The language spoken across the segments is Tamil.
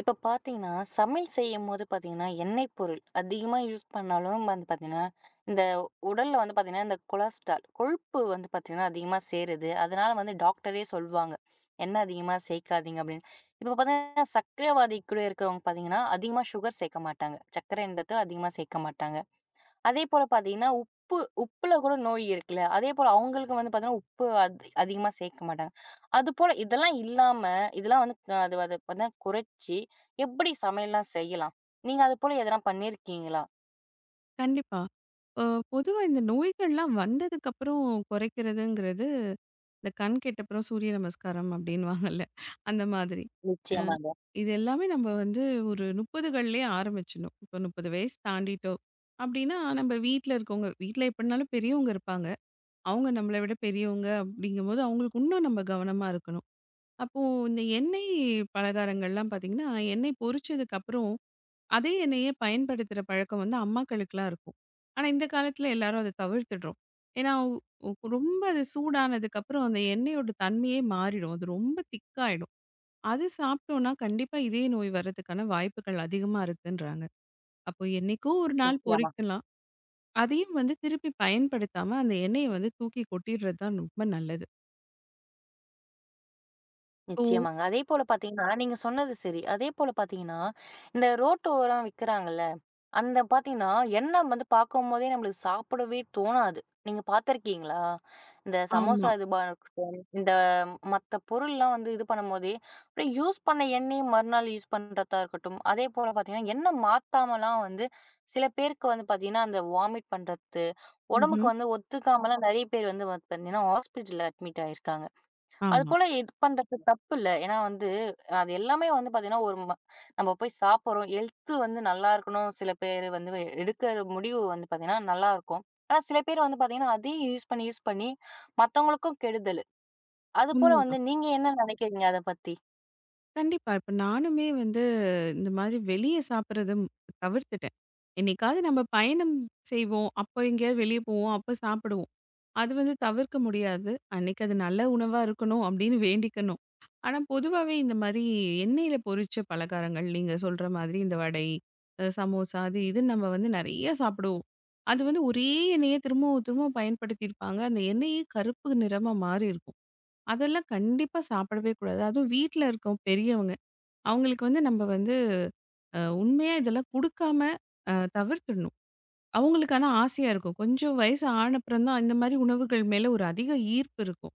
இப்ப பாத்தீங்கன்னா, சமையல் செய்யும்போது பாத்தீங்கன்னா, எண்ணெய் பொருள் அதிகமா யூஸ் பண்ணாலும் வந்து பாத்தீங்கன்னா, இந்த உடல்ல வந்து பாத்தீங்கன்னா, இந்த கொலஸ்ட்ரால் கொழுப்பு வந்து பாத்தீங்கன்னா, அதிகமா சேருது. அதனால வந்து டாக்டரே சொல்வாங்க. எண்ணெய் அதிகமா சேர்க்காதீங்க அப்படின்னு. இப்ப பாத்தீங்கன்னா, சர்க்கரைவாதி கூட இருக்கிறவங்க பாத்தீங்கன்னா, அதிகமா சுகர் சேர்க்க மாட்டாங்க. சர்க்கரைன்றது அதிகமா சேர்க்க மாட்டாங்க. அதே போல பார்த்தீங்கன்னா, உப்பு உப்புல கூட நோய் இருக்குல்ல. அதே போல அவங்களுக்கு வந்து பார்த்தீங்கன்னா, உப்பு அது அதிகமா சேர்க்க மாட்டாங்க. அதுபோல இதெல்லாம் இல்லாம, இதெல்லாம் வந்து அது அது வந்து குறைச்சு எப்படி சமையல்லாம் செய்யலாம்? நீங்க அது போல எதனா பண்ணியிருக்கீங்களா? கண்டிப்பா. இப்போ பொதுவா இந்த நோய்கள்லாம் வந்ததுக்கப்புறம் குறைக்கிறதுங்கிறது, இந்த கண் கெட்டப்புறம் சூரிய நமஸ்காரம் அப்படின்னுவாங்கல்ல, அந்த மாதிரி. அ நிச்சயமாங்க. இது எல்லாமே நம்ம வந்து ஒரு 30கள்லயே ஆரம்பிச்சுடணும். இப்போ 30 வயசு தாண்டிட்டோம் அப்படின்னா, நம்ம வீட்ல இருக்கவங்க வீட்ல எப்படினாலும் பெரியவங்க இருப்பாங்க. அவங்க நம்மள விட பெரியவங்க அப்படிங்கும்போது, அவங்களுக்கு இன்னும் நம்ம கவனமா இருக்கணும். அப்போ இந்த எண்ணெய் பலகாரங்கள்லாம் பார்த்தீங்கன்னா, எண்ணெய் பொரிச்சதுக்கப்புறம் அதே எண்ணெயே பயன்படுத்துற பழக்கம் வந்து அம்மாக்களுக்குலாம் இருக்கும். ஆனா, இந்த காலத்துல எல்லாரும் அத தவிர்த்துடுறோம். ஏன்னா, உ உ- ரொம்ப அது சூடானதுக்கு அப்புறம் அந்த எண்ணெயோட தன்மையே மாறிடும். அது ரொம்ப திக்காயிடும். அது சாப்பிட்டோம்னா கண்டிப்பா இதய நோய் வர்றதுக்கான வாய்ப்புகள் அதிகமா இருக்குன்றாங்க. அப்போ என்னைக்கோ ஒரு நாள் நிச்சயமா, பொரிக்கலாம். அதையும் வந்து திருப்பி பயன்படுத்தாம அந்த எண்ணெய வந்து தூக்கி கொட்டிடுறது தான் ரொம்ப நல்லது. ஓ! நிச்சயமாங்க. அதே போல பார்த்தீங்கன்னா, நீங்க சொன்னது சரி. அதே போல பார்த்தீங்கன்னா, இந்த ரோட்டு ஓரம் விக்கிறாங்கல்ல. அந்த பார்த்தீங்கன்னா, எண்ணெய் வந்து பார்க்கும்போதே நம்மளுக்கு சாப்பிடவே தோணாது. நீங்க பார்த்துருக்கீங்களா? இந்த சமோசா ஆமா. இதுவா இருக்கட்டும், இந்த மத்த பொருள்லாம் வந்து இது பண்ணும்போதே, அப்படியே யூஸ் பண்ண எண்ணெய மறுநாள் யூஸ் பண்றதா இருக்கட்டும், அதேபோல பார்த்தீங்கன்னா, எண்ணெய் மாத்தாமலாம் வந்து சில பேருக்கு வந்து பார்த்தீங்கன்னா, அந்த வாமிட் பண்றது, உடம்புக்கு ம்ஹ்ம். வந்து ஒத்துக்காமலாம் நெறைய பேர் வந்து பார்த்தீங்கன்னா, ஹாஸ்பிட்டல்ல அட்மிட் ஆயிருக்காங்க. ஆமா. அதுபோல இது பண்றது தப்பில்ல. ஏன்னா வந்து, அது எல்லாமே வந்து பார்த்தீங்கன்னா, ஒரு ம நம்ம போய் சாப்பிடுறோம். ஹெல்த் வந்து நல்லா இருக்கணும். சில பேர் வந்து எடுக்கிற முடிவு வந்து பார்த்தீங்கன்னா, நல்லா இருக்கும். ஆனா சில பேர் வந்து பார்த்தீங்கன்னா, அதையும் யூஸ் பண்ணி, யூஸ் பண்ணி மத்தவங்களுக்கும் கெடுதல். அதுபோல வந்து உண்மதான். நீங்க என்ன நினைக்கிறீங்க அத பத்தி? கண்டிப்பா. இப்ப நானுமே வந்து இந்த மாதிரி வெளிய சாப்பிடுறத தவிர்த்துட்டேன். என்னைக்காவது நம்ம பயணம் செய்வோம். அப்போ எங்கேயாவது வெளிய போவோம். அப்ப சாப்பிடுவோம். அது வந்து தவிர்க்க முடியாது. அன்னைக்கு அது நல்ல உணவா இருக்கணும் அப்படின்னு வேண்டிக்கணும். ஆனா பொதுவாவே இந்த மாதிரி எண்ணெயில பொரிச்ச பலகாரங்கள் நீங்க சொல்ற மாதிரி இந்த வடை, சமோசா அது இதுன்னு நம்ம வந்து நெறைய சாப்பிடுவோம். அது வந்து ஒரே எண்ணெய திரும்பவும் திரும்பவும் பயன்படுத்தியிருப்பாங்க. அந்த எண்ணெயே கருப்பு நிறமா மாறி இருக்கும். அதெல்லாம் கண்டிப்பா சாப்பிடவே கூடாது. அதுவும் வீட்ல இருக்கோம் பெரியவங்க. அவங்களுக்கு வந்து நம்ம வந்து உண்மையா இதெல்லாம் குடுக்காம தவிர்த்துடணும். அவங்களுக்கு ஆனா ஆசையா இருக்கும். கொஞ்சம் வயசு ஆன அப்புறம் தான் இந்த மாரி உணவுகள் மேல ஒரு அதிக ஈர்ப்பு இருக்கும்.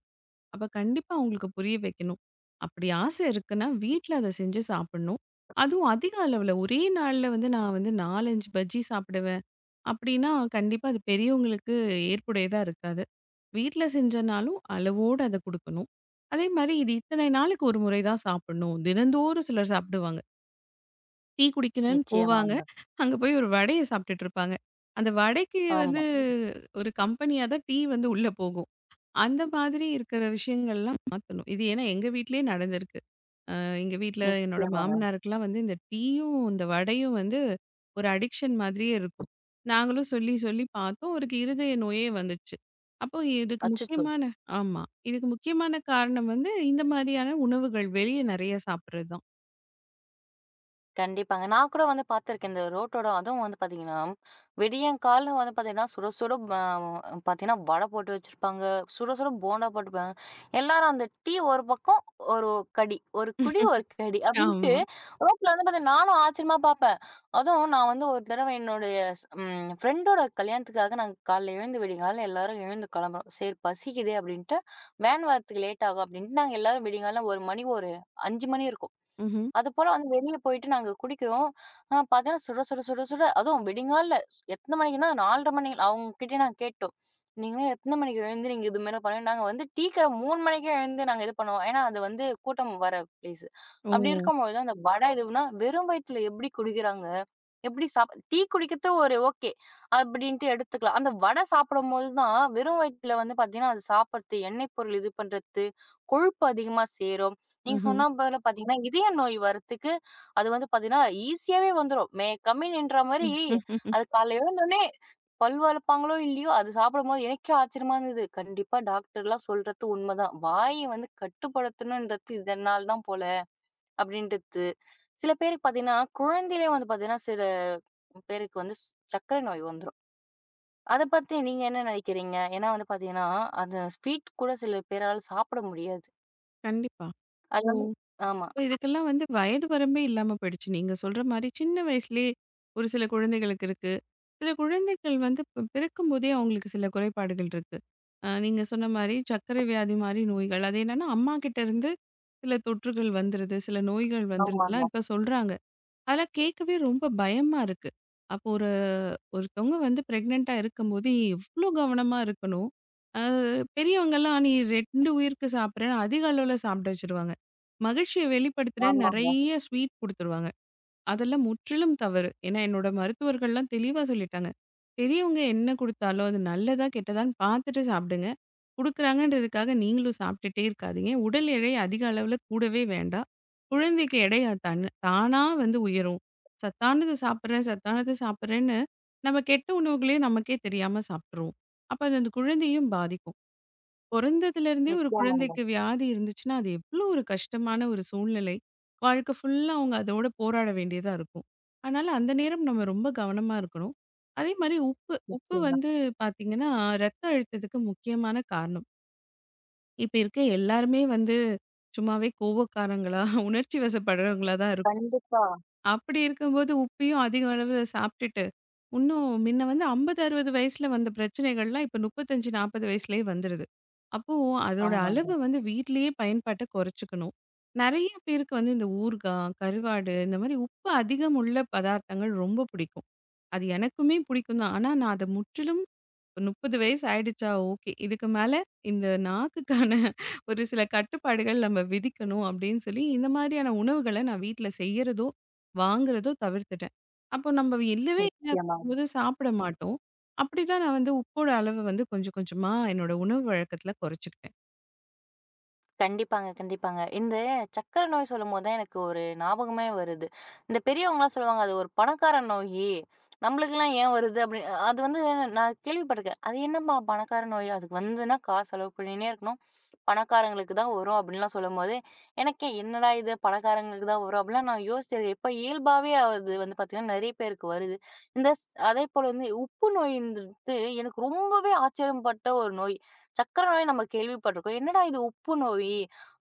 அப்ப கண்டிப்பா அவங்களுக்கு புரிய வைக்கணும். அப்படி ஆசை இருக்குன்னா, வீட்ல அத செஞ்சு சாப்பிடணும். அதுவும் அதிக அளவுல ஒரே நாள்ல வந்து நான் வந்து 4, 5 பஜ்ஜி சாப்பிடுவேன் அப்படின்னா, கண்டிப்பா அது பெரியவங்களுக்கு ஏற்புடையதா இருக்காது. வீட்ல செஞ்சனாலும் அளவோட அத குடுக்கணும். அதே மாரி இது இத்தனை நாளுக்கு ஒரு முறை தான் சாப்பிடணும். தினந்தோறும் சிலர் சாப்பிடுவாங்க. டீ குடிக்கிறேன்னு போவாங்க. நிச்சயமாங்க. அங்க போய் ஒரு வடைய சாப்பிட்டுட்டு இருப்பாங்க. அந்த வடைக்கு வந்து ஆமா. ஒரு கம்பெனியா தான் டீ வந்து உள்ள போகும். அந்த மாதிரி இருக்கிற விஷயங்கள்லாம் மாத்தணும். இது ஏன்னா எங்க வீட்லயே நடந்திருக்கு. எங்க வீட்ல என்னோட நிச்சயமாங்க. மாமனாருக்கெல்லாம் வந்து இந்த டீயும், இந்த வடையும் வந்து ஒரு அடிக்ஷன் மாதிரியே இருக்கும். நாங்களும் சொல்லி சொல்லி பார்த்தோம். அவருக்கு இருதய நோயே வந்துச்சு. அப்போ இதுக்கு அச்சச்சோ! முக்கியமான ஆமா. இதுக்கு முக்கியமான காரணம் வந்து இந்த மாதிரியான உணவுகள் வெளிய நெறைய சாப்பிடுறது தான். கண்டிப்பாங்க. நான் கூட வந்து பார்த்துருக்கேன். இந்த ரோட்டோட அதுவும் வந்து பார்த்தீங்கன்னா, விடியங்காலைல வந்து பார்த்தீங்கன்னா, சுட சுட ப பார்த்தீங்கன்னா, வடை போட்டு வச்சிருப்பாங்க. சுட சுட போண்டா போட்டுருப்பாங்க. எல்லாரும் அந்த டீ ஒரு பக்கம், ஒரு கடி. ஒரு குடி, ஒரு கடி அப்டின்ட்டு ஆமா. ரோட்ல வந்து பார்த்தீங்கன்னா, நானும் ஆச்சரியமா பார்ப்பேன். அதுவும் நான் வந்து ஒரு தடவ என்னுடைய ஸ் ம் ஃப்ரெண்டோட கல்யாணத்துக்காக நாங்க காலைல எழுந்து விடியங்காலைல எல்லாரும் எழுந்து கிளம்புறோம். "சரி பசிக்குதே" அப்டின்ட்டு, வேன் வரதுக்கு லேட் ஆகும் அப்டின்ட்டு, நாங்க எல்லாரும் விடியங்காலைல 1 மணி ஒரு 5 மணி இருக்கும். ம்ஹ்ம். அதுபோல வந்து வெளிய போயிட்டு நாங்க குடிக்கிறோம். ஆ பார்த்தா சுட, சுட, சுட, சுட அதுவும் விடிங்கால்ல எத்தன மணிக்குன்னா 4:30 மணி அவங்க கிட்ட நாங்க கேட்டோம். நீங்கலாம் எத்தன மணிக்கு எழுந்து நீங்க இது மாரி பண்ண நாங்க வந்து டீ கடை 3 மணிக்கே எழுந்து நாங்க இது பண்ணுவோம். ஏன்னா, அது வந்து கூட்டம் வர பிளேஸ். ஓ! அப்படி இருக்கும்போது அந்த வடை இதுவுனா வெறும் வயித்துல எப்படி குடிக்கிறாங்க? எப்படி சாப் டீ குடிக்கிறது ஒரு ஓகே. அப்படின்ட்டு எடுத்துக்கலாம். அந்த வடை சாப்பிடும்போது தான் வெறும் வயித்துல வந்து பார்த்தீங்கன்னா, அது சாப்பிடுறது, எண்ணெய் பொருள் இது பண்றது, கொழுப்பு அதிகமா சேரும். நீங்க ம்ஹ்ம். சொன்ன போல பார்த்தீங்கன்னா, இதய நோய் வரதுக்கு அது வந்து பார்த்தீங்கன்னா, ஈஸியாவே வந்துரும். மே கம்மின்ன்ற மாரி அது காலைல எழுந்தோனே பல் வளப்பாங்களோ இல்லையோ, அது சாப்பிடும்போது எனக்கே ஆச்சரியமா இருந்தது. கண்டிப்பா டாக்டர்லாம் சொல்றது உண்மதான். வாய வந்து கட்டுப்படுத்தணுன்றது இதனால தான் போல அப்படின்றது. சில பேருக்கு பார்த்தீங்கன்னா, குழந்தையிலே வந்து பார்த்தீங்கன்னா, சில பேருக்கு வந்து சர்க்கரை நோய் வந்துரும். அத பத்தி நீங்க என்ன நினைக்கிறீங்க? ஏன்னா வந்து பார்த்தீங்கன்னா, அந்த ஸ்வீட் கூட சில பேரால சாப்பிட முடியாது. கண்டிப்பா. அது ஓ! வந்து ஆமா. இப்ப இதுக்கெல்லாம் வந்து வயது வரம்பே இல்லாம போயிடுச்சு. நீங்க சொல்ற மாரி சின்ன வயசுலயே ஒரு சில குழந்தைகளுக்கு இருக்கு. சில குழந்தைகள் வந்து பிறக்கும்போதே அவங்களுக்கு சில குறைபாடுகள் இருக்கு. நீங்க சொன்ன மாரி சர்க்கரை வியாதி மாரி நோய்கள். அது என்னன்னா அம்மா கிட்ட இருந்து சில தொற்றுகள் வந்துருது, சில நோய்கள் ஆமாங்க, வந்துருதுலாம் இப்ப சொல்றாங்க. அதெல்லாம் கேட்கவே ரொம்ப பயமா இருக்கு. அப்போ ஒருத்தவங்க வந்து பிரெக்னென்ட்டா இருக்கும்போது எவ்ளோ கவனமா இருக்கணும். அ பெரியவங்கலாம் நீ 2 உயிருக்கு சாப்பிடுறேன்னு அதிக அளவுல சாப்பிட வச்சுருவாங்க. மகிழ்ச்சிய வெளிப்படுத்துற ஆமாங்க. நெறைய ஸ்வீட் குடுத்துருவாங்க. அதெல்லாம் முற்றிலும் தவறு. ஏன்னா, என்னோட மருத்துவர்கள்லாம் தெளிவா சொல்லிட்டாங்க. பெரியவங்க என்ன குடுத்தாலும் அது நல்லதா, கெட்டதான்னு பார்த்துட்டு சாப்பிடுங்க. குடுக்குறாங்கன்றதுக்காக நீங்களும் சாப்பிட்டுட்டே இருக்காதீங்க. உடல் எடை அதிக அளவுல கூடவே வேண்டாம். குழந்தைக்கு எடை அது தன் தானா வந்து உயரும். சத்தானது சாப்பிடுறேன், சத்தானது சாப்பிடுறேன்னு நம்ம கெட்ட உணவுகளே நமக்கே தெரியாம சாப்பிட்டுருவோம். அப்ப அது அந்த குழந்தையும் பாதிக்கும். பொறந்ததுலேருந்தே ஒரு நிச்சயமாங்க, குழந்தைக்கு வியாதி இருந்துச்சுன்னா, அது எவ்ளோ ஒரு கஷ்டமான ஒரு சூழ்நிலை. வாழ்க்கை ஃபுல்லா அவங்க அதோட போராட வேண்டியதா இருக்கும். அதனால அந்த நேரம் நம்ம ரொம்ப கவனமா இருக்கணும். அதே மாரி உப்பு, உப்பு நிச்சயமா. வந்து பார்த்தீங்கன்னா, ரத்த அழுத்தத்துக்கு முக்கியமான காரணம். இப்ப இருக்க எல்லாருமே வந்து சும்மாவே கோவக்காரங்களா, உணர்ச்சி வசப்படுறவங்களா தான் இருக்கோம். கண்டிப்பா. அப்படி இருக்கும்போது உப்பையும் அதிக அளவுல சாப்பிட்டுட்டு, இன்னும் முன்ன வந்து 50, 60 வயசுல வந்த பிரச்சனைகள்லாம் இப்ப 35, 40 வயசுலயே வந்துருது. அப்போ அதோட அளவு ஆமாங்க, வந்து வீட்டிலேயே பயன்பாட்ட குறைச்சுக்கணும். நெறைய பேருக்கு வந்து இந்த ஊறுகாய், கருவாடு இந்த மாதிரி உப்பு அதிகம் உள்ள பதார்த்தங்கள் ரொம்ப பிடிக்கும். அது எனக்குமே பிடிக்கும் தான். ஆனா நான் அத முற்றிலும் 30 வயசு ஆயிடுச்சா ஓகே. இதுக்கு மேல இந்த நாக்குக்கான ஒரு சில கட்டுப்பாடுகள் நம்ம விதிக்கணும் அப்படின்னு சொல்லி, இந்த மாதிரியான உணவுகள நான் வீட்ல செய்யறதோ, வாங்குறதோ தவிர்த்துட்டேன். அப்போ நம்ம இல்லவே இல்ல நிச்சயமா. அப்படிங்கும்போது சாப்பிட மாட்டோம். அப்படிதான் நான் வந்து உப்போட அளவு வந்து கொஞ்சம் கொஞ்சமா என்னோட உணவு வழக்கத்துல குறைச்சுக்கிட்டேன். கண்டிப்பாங்க, கண்டிப்பாங்க. இந்த சர்க்கரை நோய் சொல்லும்போது தான் எனக்கு ஒரு ஞாபகமே வருது. இந்த பெரியவங்கலாம் சொல்லுவாங்க, "அது ஒரு பணக்கார நோயி. நம்மளுக்கெல்லாம் ஏன் வருது?" அப்படி அது வந்து நான் கேள்விப்பட்டுருக்கேன். "அது என்னம்மா பணக்கார நோய்? அதுக்கு வந்ததுன்னா காசு செலவு பண்ணினே இருக்கணும். பணக்காரங்களுக்கு தான் வரும்." அப்படின்லாம் சொல்லும்போது, எனக்கே என்னடா இது பணக்காரங்களுக்கு தான் வரும் அப்படிலாம் நான் யோசிச்சிருக்கேன். இப்ப இயல்பாவே அது வந்து பார்த்தீங்கன்னா, நெறைய பேருக்கு வருது. இந்த ஸ் அதேபோல வந்து உப்பு நோயின்றது எனக்கு ரொம்பவே ஆச்சரியப்பட்ட ஒரு நோய். சர்க்கரை நோய் நம்ம கேள்விப்பட்டிருக்கோம். என்னடா இது உப்பு நோய்?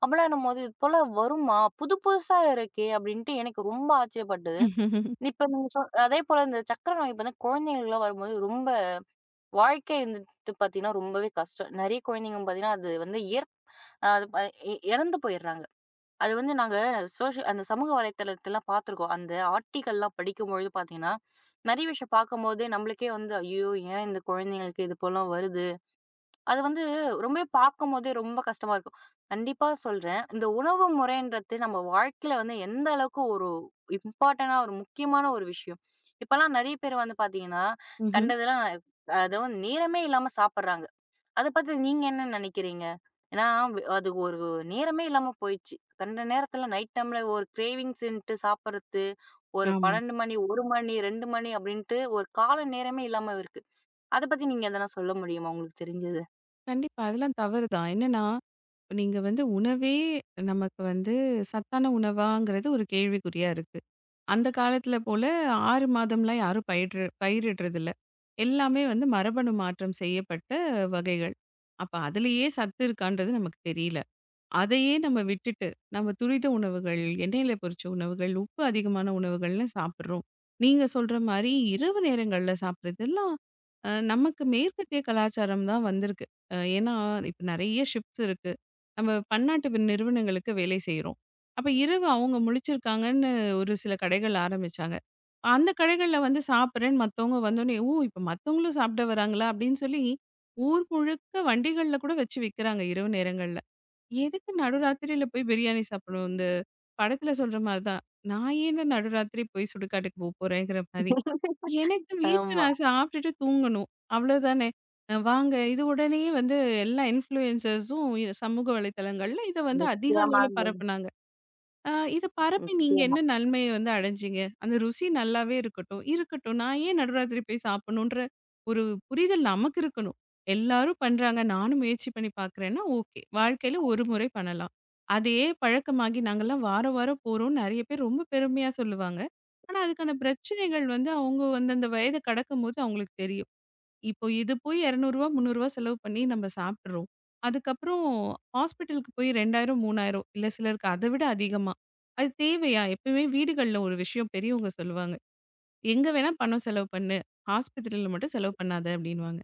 அப்பலாம் என்னும்போது, இது போல வருமா? புது புதுசா இருக்கே! அப்படின்ட்டு எனக்கு ரொம்ப ஆச்சரியப்பட்டது. இப்ப நீங்க சொ அதேபோல இந்த சர்க்கரை நோய் பார்த்தீங்கன்னா, குழந்தைகளுக்குலாம் வரும்போது ரொம்ப வாழ்க்கை வந்துட்டு பார்த்தீங்கன்னா, ரொம்பவே கஷ்டம். நெறைய குழந்தைங்க பார்த்தீங்கன்னா, அது வந்து அ அது ப இறந்து போயிடுறாங்க. அது வந்து நாங்க அந்த சமூக வலைத்தளத்தலாம் பார்த்துருக்கோம். அந்த ஆர்டிக்கள்லாம் படிக்கும்பொழுது பார்த்தீங்கன்னா, நெறைய விஷயம் பார்க்கும்போது நம்மளுக்கே வந்து, ஐயோ! ஏன் இந்த குழந்தைங்களுக்கு இது போலாம் வருது? அது வந்து ரொம்பவே பார்க்கும்போதே ரொம்ப கஷ்டமா இருக்கும். கண்டிப்பா சொல்றேன். இந்த உணவு முறைன்றது நம்ம வாழ்க்கையில வந்து எந்த அளவுக்கு ஒரு ஒரு முக்கியமான ஒரு விஷயம். இப்பலாம் நெறைய பேர் வந்து பார்த்தீங்கன்னா, ம்ஹ்ம். கண்டதெல்லாம் அதுவும் நேரமே இல்லாம சாப்பிடுறாங்க. அத பத்தி நீங்க என்ன நெனைக்கிறீங்க? ஏன்னா வி- அது ஒரு நேரமே இல்லாம போயிடுச்சு. கண்ட நேரத்துல நைட் டைம்ல ஒரு கிரேவிங்ஸ்ன்ட்டு சாப்பிடுறது, ஒரு ஆமா. 12 மணி, 1 மணி, 2 மணி அப்டின்ட்டு ஒரு கால நேரமே இல்லாம இருக்கு. அத பத்தி நீங்க எதனா சொல்ல முடியுமா உங்களுக்கு தெரிஞ்சது? கண்டிப்பா. அதெல்லாம் தவறு தான். என்னன்னா, இப்ப நீங்க வந்து உணவே நமக்கு வந்து சத்தான உணவாங்கிறது ஒரு கேள்விக்குறியா இருக்கு. அந்த காலத்துல போல 6 மாதம்லாம் யாரும் பயிற்று பயிரிடுறதில்ல. எல்லாமே வந்து மரபணு மாற்றம் செய்யப்பட்ட வகைகள். அப்ப அதிலேயே சத்து இருக்கான்றது நமக்கு தெரியல. அதையே நம்ம விட்டுட்டு, நம்ம துரித உணவுகள், எண்ணெயில பொரிச்ச உணவுகள், உப்பு அதிகமான உணவுகள்னு சாப்பிடுறோம். நீங்க சொல்ற மாரி இரவு நேரங்கள்ல சாப்பிடுறதெல்லாம் நமக்கு மேற்கத்திய கலாச்சாரம் தான் வந்திருக்கு. ஏன்னா, இப்ப நெறைய ஷிஃப்ட்ஸ் இருக்கு. நம்ம பன்னாட்டு நிறுவனங்களுக்கு வேலை செய்றோம். அப்ப இரவு அவங்க முழிச்சிருக்காங்கன்னு ஒரு சில கடைகள் ஆரம்பிச்சாங்க. அந்த கடைகள்ல வந்து சாப்பிடுறேன்னு மத்தவங்க வந்தோனே, "ஓ! இப்ப மத்தவங்களும் சாப்பிட வராங்களா?" அப்படின்னு சொல்லி ஊர் முழுக்க வண்டிகள்ல கூட வச்சு விக்கிறாங்க இரவு நேரங்கள்ல. எதுக்கு நடுராத்திரியில போய் பிரியாணி சாப்பிடணும்? இந்த படத்துல சொல்ற மாரி தான். நான் ஏன்டா நடுராத்திரி போய் சுடுகாட்டுக்கு போ போறேங்கிற மாரி. எனக்கு வீட்ல ஆமா. நான் சாப்பிட்டுட்டு தூங்கணும். அவ்வளோதானே. வாங்க இது உடனே வந்து எல்லா இன்ஃப்ளூயன்சர்ஸும் சமூக வலைதளங்கள்ல இத வந்து அதிக அளவுல நிச்சயமாங்க. பரப்புனாங்க. ஆ இத பரப்பி நீங்க நிச்சயமா. என்ன நன்மைய வந்து அடைஞ்சீங்க? அந்த ருசி நல்லாவே இருக்கட்டும். இருக்கட்டும். நான் ஏன் நடுராத்திரி போய் சாப்பிடணுன்ற ஒரு புரிதல் நமக்கு இருக்கணும். எல்லாரும் பண்றாங்க. நானும் முயற்சி பண்ணி பார்க்குறேன்னா, ஓகே. வாழ்க்கையில ஒரு முறை பண்ணலாம். அதே பழக்கமாகி நாங்கலாம் வாரம், வாரம் போறோம்னு நெறைய பேர் ரொம்ப பெருமையா சொல்லுவாங்க. ஆனா, அதுக்கான பிரச்சனைகள் வந்து அவங்க வந்து அந்த வயத கடக்கும்போது அவங்களுக்கு தெரியும். இப்போ இது போய் ரூ. 200 ரூ. 300 செலவு பண்ணி நம்ம சாப்பிட்டுறோம். அதுக்கப்புறம் ஹாஸ்பிட்டலுக்கு போய் 2000 3000 இல்ல சிலருக்கு அத விட அதிகமா. அது தேவையா? எப்பயுமே வீடுகள்ல ஒரு விஷயம் பெரியவங்க சொல்லுவாங்க. எங்க வேணா பணம் செலவு பண்ணு. ஆஸ்பத்திரியில மட்டும் செலவு பண்ணாத அப்படின்னுவாங்க.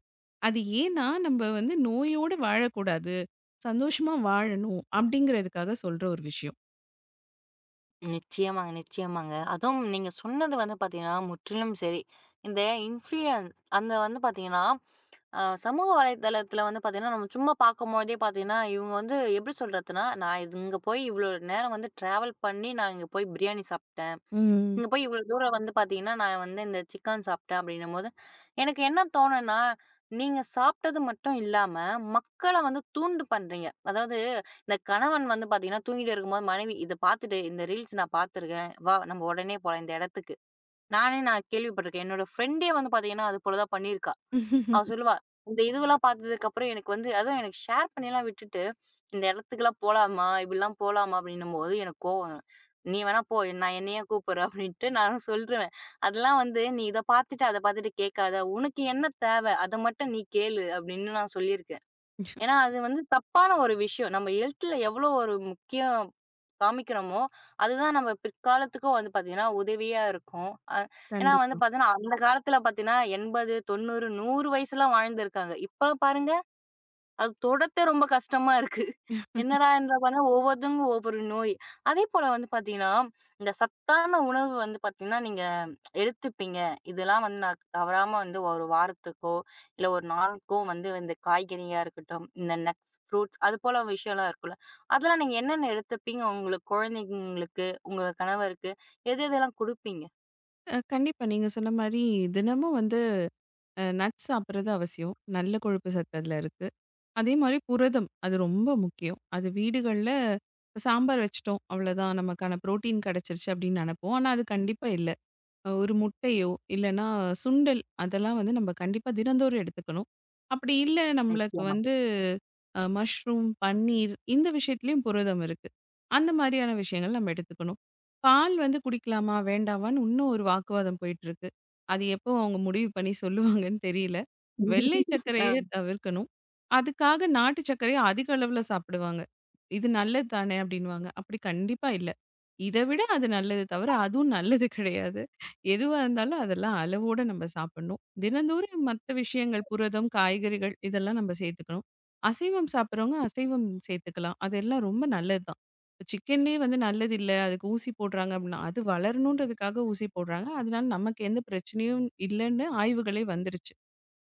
அது ஏன்னா நம்ம வந்து நோயோட வாழக்கூடாது. சந்தோஷமா வாழணும் அப்படிங்கிறதுக்காக சொல்ற ஒரு விஷயம். நிச்சயமாங்க, நிச்சயமாங்க. அதுவும் நீங்க சொன்னது வந்து பார்த்தீங்கன்னா, முற்றிலும் சரி. இந்த இன்ஃப்ளூயன் அந்த வந்து பார்த்தீங்கன்னா, சமூக வலைதளத்தில வந்து பார்த்தீங்கன்னா, நம்ம சும்மா பார்க்கும்போதே பார்த்தீங்கன்னா, இவுங்க வந்து எப்படி சொல்றதுன்னா, நான் இது இங்க போய் இவ்ளோ நேரம் வந்து ட்ராவல் பண்ணி நான் இங்க போய் பிரியாணி சாப்ட்டேன். ம். இங்க போய் இவ்வளோ தூரம் வந்து பார்த்தீங்கன்னா, நான் வந்து இந்த சிக்கன் சாப்பிட்டேன் அப்டின்னும்போது, எனக்கு என்ன தோணும்னா, நீங்க சாப்பிட்டது மட்டும் இல்லாம, மக்கள வந்து தூண்டு பண்றீங்க. அதாவது இந்த கணவன் வந்து பார்த்தீங்கன்னா, தூங்கிட்டு இருக்கும்போது மனைவி, "இத பார்த்துட்டு இந்த ரீல்ஸ் நான் பார்த்துருக்கேன். வா நம்ம உடனே போலாம் இந்த இடத்துக்கு." நான் கேள்விப்பட்டுருக்கேன். என்னோட ஃப்ரெண்டே வந்து பார்த்தீங்கன்னா, அது போல தான் பண்ணியிருக்கா. அவ சொல்லுவா. இந்த இதுவெல்லாம் பார்த்ததுக்கப்புறம் எனக்கு வந்து அதுவும் எனக்கு ஷேர் பண்ணிலாம் விட்டுட்டு, "இந்த இடத்துக்குலாம் போலாமா? இப்படிலாம் போலாமா?" அப்படின்னும்போது எனக்கு கோவம் வரும். "நீ வேணா போ. நான் என்ன ஏன் கூப்பிடுற?" அப்படின்ட்டு நானும் சொல்ருவேன். அதெல்லாம் வந்து, "நீ இத பார்த்துட்டு, அத பார்த்துட்டு கேட்காத. உனக்கு என்ன தேவ? அத மட்டும் நீ கேளு." அப்படின்னு நான் சொல்லியிருக்கேன். ஏன்னா, அது வந்து தப்பான ஒரு விஷயம். நம்ம ஹெல்த்ல எவ்வளோ ஒரு முக்கியம் காமிக்கிறோமோ, அதுதான் நம்ம பிற்காலத்துக்கும் வந்து பார்த்தீங்கன்னா, உதவியா இருக்கும். ஏன்னா வந்து கண்டிப்பா. பார்த்தீங்கன்னா, அந்த காலத்துல பார்த்தீங்கன்னா 80, 90, 100 வயசுலாம் வாழ்ந்திருக்காங்க. இப்ப பாருங்க, அது தொடுறதே ரொம்ப கஷ்டமா இருக்கு. என்னடான்ற பாருங்க ஒவ்வொருத்தவங்க ஒவ்வொரு நோய். அதேபோல வந்து பார்த்தீங்கன்னா, இந்த சத்தான உணவு வந்து பார்த்தீங்கன்னா, நீங்க எடுத்துப்பீங்க. இதெல்லாம் வந்து நான் தவறாம வந்து ஒரு வாரத்துக்கோ, இல்ல ஒரு நாளுக்கோ வந்து இந்த காய்கறியா இருக்கட்டும், இந்த நட்ஸ், ஃப்ரூட்ஸ் அதுபோல விஷயம்லாம் இருக்கும்ல. அதெல்லாம் நீங்க என்னென்ன எடுத்துப்பீங்க? உங்களுக்கு குழந்தைங்களுக்கு, உங்க கணவருக்கு எது எதெல்லாம் குடுப்பீங்க? கண்டிப்பா. நீங்க சொன்ன மாரி தினமும் வந்து நட்ஸ் சாப்பிடுறது அவசியம். நல்ல கொழுப்பு சத்து அதுல இருக்கு. அதே மாரி புரதம். அது ரொம்ப முக்கியம். அது வீடுகள்ல சாம்பார் வச்சுட்டோம். அவ்வளோதான் நமக்கான புரோட்டீன் கிடைச்சிருச்சு அப்படின்னு நெனைப்போம். ஆனா அது கண்டிப்பா இல்ல. ஒரு முட்டையோ, இல்லன்னா சுண்டல் அதெல்லாம் வந்து நம்ம கண்டிப்பா தினந்தோறும் எடுத்துக்கணும். அப்படி இல்ல நம்மளுக்கு நிச்சயமா. வந்து மஷ்ரூம், பன்னீர் இந்த விஷயத்துலயும் புரதம் இருக்கு. அந்த மாதிரியான விஷயங்கள் நம்ம எடுத்துக்கணும். பால் வந்து குடிக்கலாமா? வேண்டாமான்னு இன்னும் ஒரு வாக்குவாதம் போயிட்டுருக்கு. அது எப்போ அவங்க முடிவு பண்ணி சொல்லுவாங்கன்னு தெரியல. வெள்ளை சர்க்கரைய தவிர்க்கணும். அதுக்காக நாட்டு சர்க்கரைய அதிக அளவுல சாப்பிடுவாங்க. இது நல்லது தானே அப்படின்னுவாங்க. அப்படி கண்டிப்பா இல்ல. இத விட அது நல்லது தவிர, அதுவும் நல்லது கிடையாது. எதுவா இருந்தாலும் அதெல்லாம் அளவோட நம்ம சாப்பிடணும். தினந்தோறும் மத்த விஷயங்கள் புரதம், காய்கறிகள் இதெல்லாம் நம்ம சேர்த்துக்கணும். அசைவம் சாப்பிடுறவங்க அசைவம் சேர்த்துக்கலாம். அதெல்லாம் ரொம்ப நல்லது தான். இப்ப சிக்கன்லேயே வந்து நல்லது இல்ல. அதுக்கு ஊசி போடுறாங்க அப்படின்னா, அது வளரணுன்றதுக்காக ஊசி போடுறாங்க. அதனால நமக்கு எந்த பிரச்சனையும் இல்லைன்னு ஆய்வுகளே வந்துருச்சு.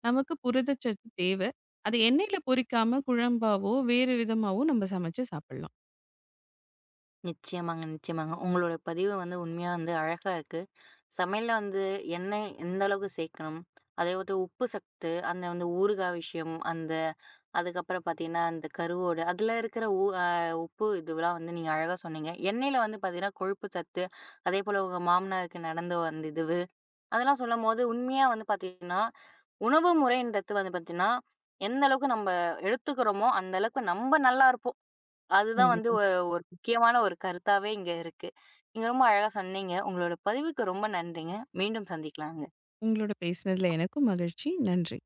நமக்கு புரதச்சத்து தேவை. அது எண்ணெயில பொரிக்காம குழம்பாவோ, வேறு விதமாவோ நம்ம சமைச்சு சாப்பிடலாம். நிச்சயமாங்க, நிச்சயமாங்க. உங்களோட பதிவு வந்து உண்மையா வந்து அழகா இருக்கு. சமையல்ல வந்து எண்ணெய் எந்த அளவுக்கு சேர்க்கணும்? அதே வந்து உப்பு சத்து, அந்த வந்து ஊறுகாய் விஷயம், அந்த அதுக்கப்புறம் பார்த்தீங்கன்னா, அந்த கருவோடு அதில இருக்கிற உ அ உப்பு இதுவெல்லாம் வந்து நீங்க அழகா சொன்னீங்க. எண்ணெயில வந்து பார்த்தீங்கன்னா, கொழுப்பு சத்து, அதேபோல உங்க மாமனாருக்கு நடந்த அந்த இதுவு, அதெல்லாம் சொல்லும்போது உண்மையா வந்து பார்த்தீங்கன்னா, உணவு முறைன்றது வந்து பார்த்தீங்கன்னா, எந்த அளவுக்கு நம்ம எடுத்துக்கிறோமோ, அந்த அளவுக்கு நம்ம நல்லா இருப்போம். அதுதான் வந்து கண்டிப்பா. ஒ ஒரு முக்கியமான ஒரு கருத்தாவே இங்க இருக்கு. நீங்க ரொம்ப அழகா சொன்னீங்க. உங்களோட பதிவுக்கு ரொம்ப நன்றிங்க. மீண்டும் சந்திக்கலாங்க. உங்களோட பேசினதுல எனக்கும் மகிழ்ச்சி. நன்றி.